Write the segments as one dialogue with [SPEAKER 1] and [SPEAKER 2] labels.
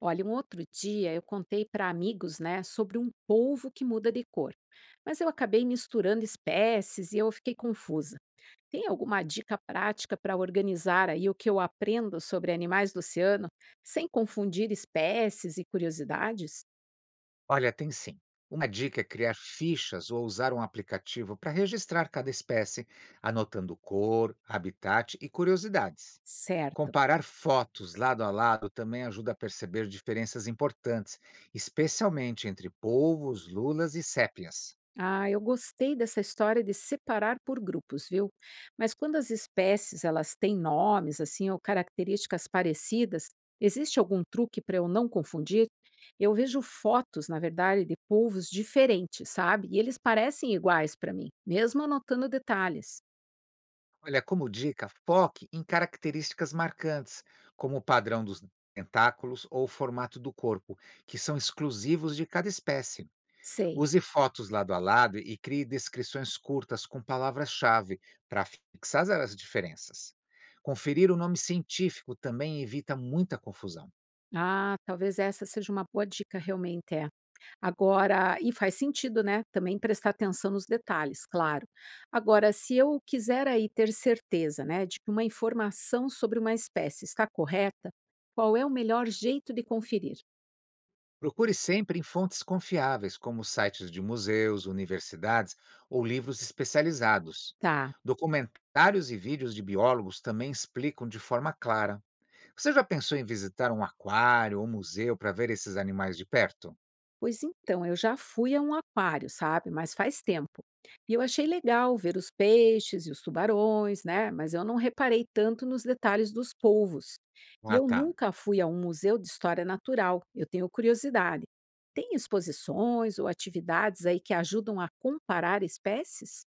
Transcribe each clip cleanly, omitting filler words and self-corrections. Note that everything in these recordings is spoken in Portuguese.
[SPEAKER 1] Olha, um outro dia eu contei para amigos, né, sobre um polvo que muda de cor, mas eu acabei misturando espécies e eu fiquei confusa. Tem alguma dica prática para organizar aí o que eu aprendo sobre animais do oceano sem confundir espécies e curiosidades?
[SPEAKER 2] Olha, tem sim. Uma dica é criar fichas ou usar um aplicativo para registrar cada espécie, anotando cor, habitat e curiosidades.
[SPEAKER 1] Certo.
[SPEAKER 2] Comparar fotos lado a lado também ajuda a perceber diferenças importantes, especialmente entre polvos, lulas e sépias.
[SPEAKER 1] Ah, eu gostei dessa história de separar por grupos, viu? Mas quando as espécies elas têm nomes assim ou características parecidas, existe algum truque para eu não confundir? Eu vejo fotos, na verdade, de polvos diferentes, sabe? E eles parecem iguais para mim, mesmo anotando detalhes.
[SPEAKER 2] Olha, como dica, foque em características marcantes, como o padrão dos tentáculos ou o formato do corpo, que são exclusivos de cada espécie.
[SPEAKER 1] Sei.
[SPEAKER 2] Use fotos lado a lado e crie descrições curtas com palavras-chave para fixar as diferenças. Conferir o nome científico também evita muita confusão.
[SPEAKER 1] Ah, talvez essa seja uma boa dica realmente. É. Agora e faz sentido, né, também prestar atenção nos detalhes, claro. Agora, se eu quiser aí ter certeza, né, de que uma informação sobre uma espécie está correta, qual é o melhor jeito de conferir?
[SPEAKER 2] Procure sempre em fontes confiáveis, como sites de museus, universidades ou livros especializados.
[SPEAKER 1] Tá.
[SPEAKER 2] Documentários e vídeos de biólogos também explicam de forma clara. Você já pensou em visitar um aquário ou museu para ver esses animais de perto?
[SPEAKER 1] Pois então, eu já fui a um aquário, sabe? Mas faz tempo. E eu achei legal ver os peixes e os tubarões, né? Mas eu não reparei tanto nos detalhes dos polvos. E
[SPEAKER 2] Ah,
[SPEAKER 1] eu
[SPEAKER 2] tá.
[SPEAKER 1] nunca fui a um museu de história natural. Eu tenho curiosidade. Tem exposições ou atividades aí que ajudam a comparar espécies?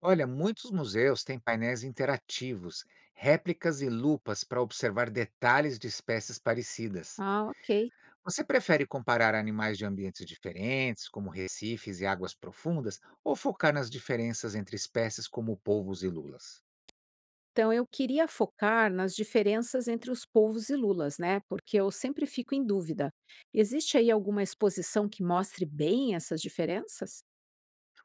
[SPEAKER 2] Olha, muitos museus têm painéis interativos, réplicas e lupas para observar detalhes de espécies parecidas.
[SPEAKER 1] Ah, ok.
[SPEAKER 2] Você prefere comparar animais de ambientes diferentes, como recifes e águas profundas, ou focar nas diferenças entre espécies como polvos e lulas?
[SPEAKER 1] Então, eu queria focar nas diferenças entre os povos e lulas, né? Porque eu sempre fico em dúvida. Existe aí alguma exposição que mostre bem essas diferenças?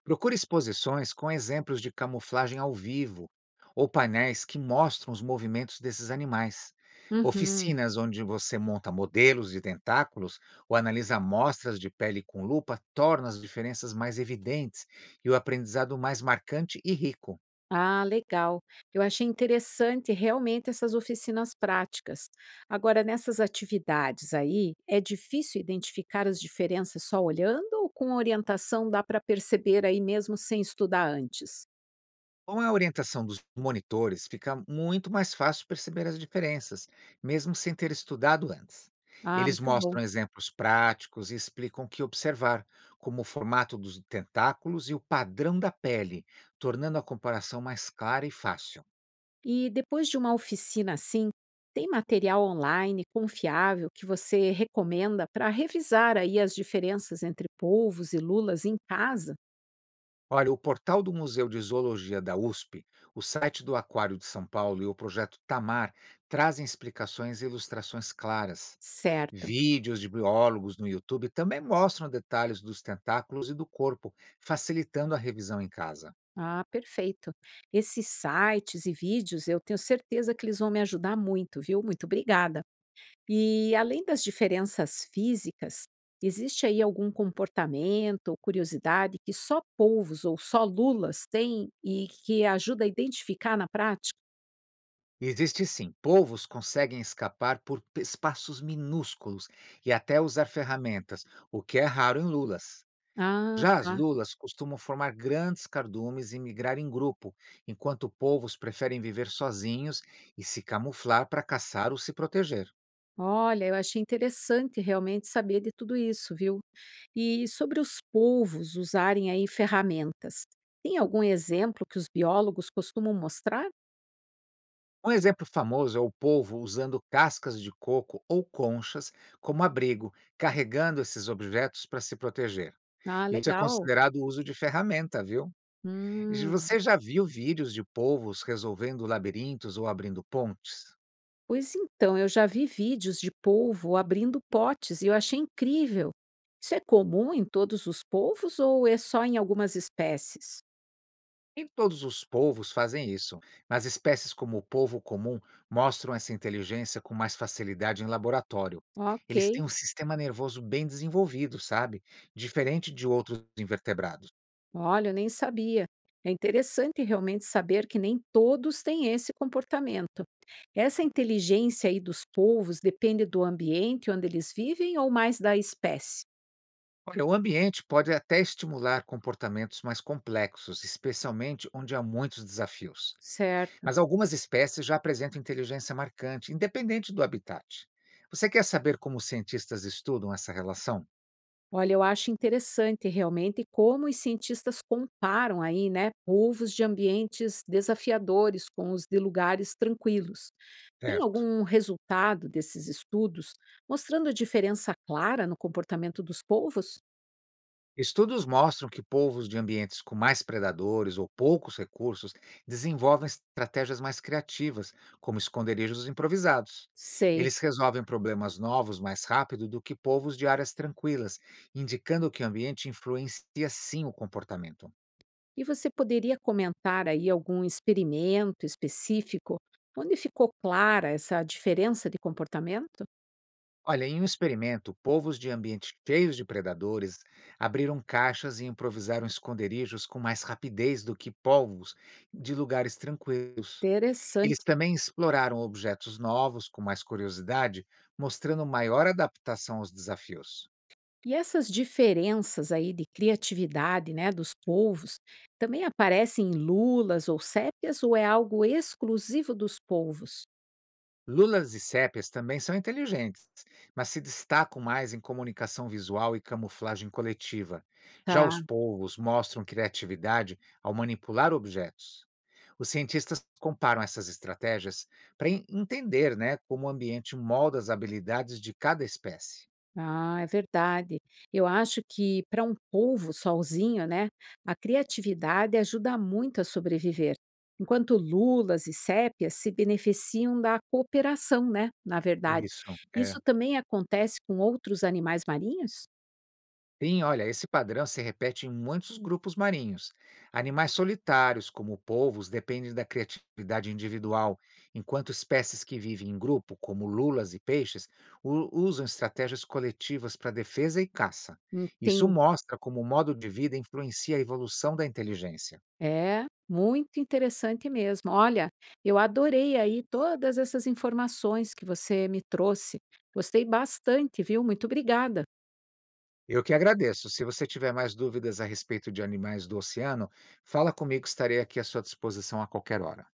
[SPEAKER 2] Procure exposições com exemplos de camuflagem ao vivo ou painéis que mostram os movimentos desses animais.
[SPEAKER 1] Uhum.
[SPEAKER 2] Oficinas onde você monta modelos de tentáculos ou analisa amostras de pele com lupa tornam as diferenças mais evidentes e o aprendizado mais marcante e rico.
[SPEAKER 1] Ah, legal. Eu achei interessante realmente essas oficinas práticas. Agora, nessas atividades aí, é difícil identificar as diferenças só olhando ou com orientação dá para perceber aí mesmo sem estudar antes?
[SPEAKER 2] Com a orientação dos monitores, fica muito mais fácil perceber as diferenças, mesmo sem ter estudado antes.
[SPEAKER 1] Ah,
[SPEAKER 2] Eles
[SPEAKER 1] muito bom.
[SPEAKER 2] mostram exemplos práticos e explicam o que observar, como o formato dos tentáculos e o padrão da pele, tornando a comparação mais clara e fácil.
[SPEAKER 1] E depois de uma oficina assim, tem material online confiável que você recomenda para revisar aí as diferenças entre polvos e lulas em casa?
[SPEAKER 2] Olha, o portal do Museu de Zoologia da USP, o site do Aquário de São Paulo e o projeto Tamar trazem explicações e ilustrações claras.
[SPEAKER 1] Certo.
[SPEAKER 2] Vídeos de biólogos no YouTube também mostram detalhes dos tentáculos e do corpo, facilitando a revisão em casa.
[SPEAKER 1] Ah, perfeito. Esses sites e vídeos, eu tenho certeza que eles vão me ajudar muito, viu? Muito obrigada. E além das diferenças físicas, existe aí algum comportamento ou curiosidade que só polvos ou só lulas têm e que ajuda a identificar na prática?
[SPEAKER 2] Existe sim, polvos conseguem escapar por espaços minúsculos e até usar ferramentas, o que é raro em lulas.
[SPEAKER 1] Ah,
[SPEAKER 2] Já as
[SPEAKER 1] tá.
[SPEAKER 2] lulas costumam formar grandes cardumes e migrar em grupo, enquanto polvos preferem viver sozinhos e se camuflar para caçar ou se proteger.
[SPEAKER 1] Olha, eu achei interessante realmente saber de tudo isso, viu? E sobre os polvos usarem aí ferramentas. Tem algum exemplo que os biólogos costumam mostrar?
[SPEAKER 2] Um exemplo famoso é o povo usando cascas de coco ou conchas como abrigo, carregando esses objetos para se proteger.
[SPEAKER 1] Ah,
[SPEAKER 2] Isso é
[SPEAKER 1] legal.
[SPEAKER 2] considerado uso de ferramenta, viu? E
[SPEAKER 1] Hum,
[SPEAKER 2] você já viu vídeos de povos resolvendo labirintos ou abrindo pontes?
[SPEAKER 1] pois então, eu já vi vídeos de polvo abrindo potes e eu achei incrível. Isso é comum em todos os polvos ou é só em algumas espécies?
[SPEAKER 2] Nem todos os povos fazem isso, mas espécies como o povo comum mostram essa inteligência com mais facilidade em laboratório.
[SPEAKER 1] Ok.
[SPEAKER 2] Eles têm um sistema nervoso bem desenvolvido, sabe? Diferente de outros invertebrados.
[SPEAKER 1] Olha, eu nem sabia. É interessante realmente saber que nem todos têm esse comportamento. Essa inteligência aí dos polvos depende do ambiente onde eles vivem ou mais da espécie?
[SPEAKER 2] Olha, o ambiente pode até estimular comportamentos mais complexos, especialmente onde há muitos desafios.
[SPEAKER 1] Certo.
[SPEAKER 2] Mas algumas espécies já apresentam inteligência marcante, independente do habitat. Você quer saber como os cientistas estudam essa relação?
[SPEAKER 1] Olha, eu acho interessante realmente como os cientistas comparam aí, né, polvos de ambientes desafiadores com os de lugares tranquilos. Tem
[SPEAKER 2] Certo.
[SPEAKER 1] algum resultado desses estudos mostrando a diferença clara no comportamento dos polvos?
[SPEAKER 2] Estudos mostram que povos de ambientes com mais predadores ou poucos recursos desenvolvem estratégias mais criativas, como esconderijos improvisados.
[SPEAKER 1] Sei.
[SPEAKER 2] Eles resolvem problemas novos mais rápido do que povos de áreas tranquilas, indicando que o ambiente influencia sim o comportamento.
[SPEAKER 1] E você poderia comentar aí algum experimento específico onde ficou clara essa diferença de comportamento?
[SPEAKER 2] Olha, em um experimento, povos de ambientes cheios de predadores abriram caixas e improvisaram esconderijos com mais rapidez do que povos de lugares tranquilos. Eles
[SPEAKER 1] Interessante.
[SPEAKER 2] também exploraram objetos novos com mais curiosidade, mostrando maior adaptação aos desafios.
[SPEAKER 1] E essas diferenças aí de criatividade, né, dos polvos, também aparecem em lulas ou sépias ou é algo exclusivo dos polvos?
[SPEAKER 2] Lulas e sépias também são inteligentes, mas se destacam mais em comunicação visual e camuflagem coletiva. Já
[SPEAKER 1] Tá.
[SPEAKER 2] os polvos mostram criatividade ao manipular objetos. Os cientistas comparam essas estratégias para entender, né, como o ambiente molda as habilidades de cada espécie.
[SPEAKER 1] Ah, é verdade. Eu acho que para um povo sozinho, né, a criatividade ajuda muito a sobreviver. Enquanto lulas e sépias se beneficiam da cooperação, né, na verdade.
[SPEAKER 2] Isso, é.
[SPEAKER 1] Isso também acontece com outros animais marinhos?
[SPEAKER 2] Sim, olha, esse padrão se repete em muitos grupos marinhos. Animais solitários, como polvos, dependem da criatividade individual, enquanto espécies que vivem em grupo, como lulas e peixes, usam estratégias coletivas para defesa e caça. Isso
[SPEAKER 1] Tem,
[SPEAKER 2] mostra como o modo de vida influencia a evolução da inteligência.
[SPEAKER 1] é muito interessante mesmo. Olha, eu adorei aí todas essas informações que você me trouxe. Gostei bastante, viu? Muito obrigada.
[SPEAKER 2] Eu que agradeço. Se você tiver mais dúvidas a respeito de animais do oceano, fala comigo, estarei aqui à sua disposição a qualquer hora.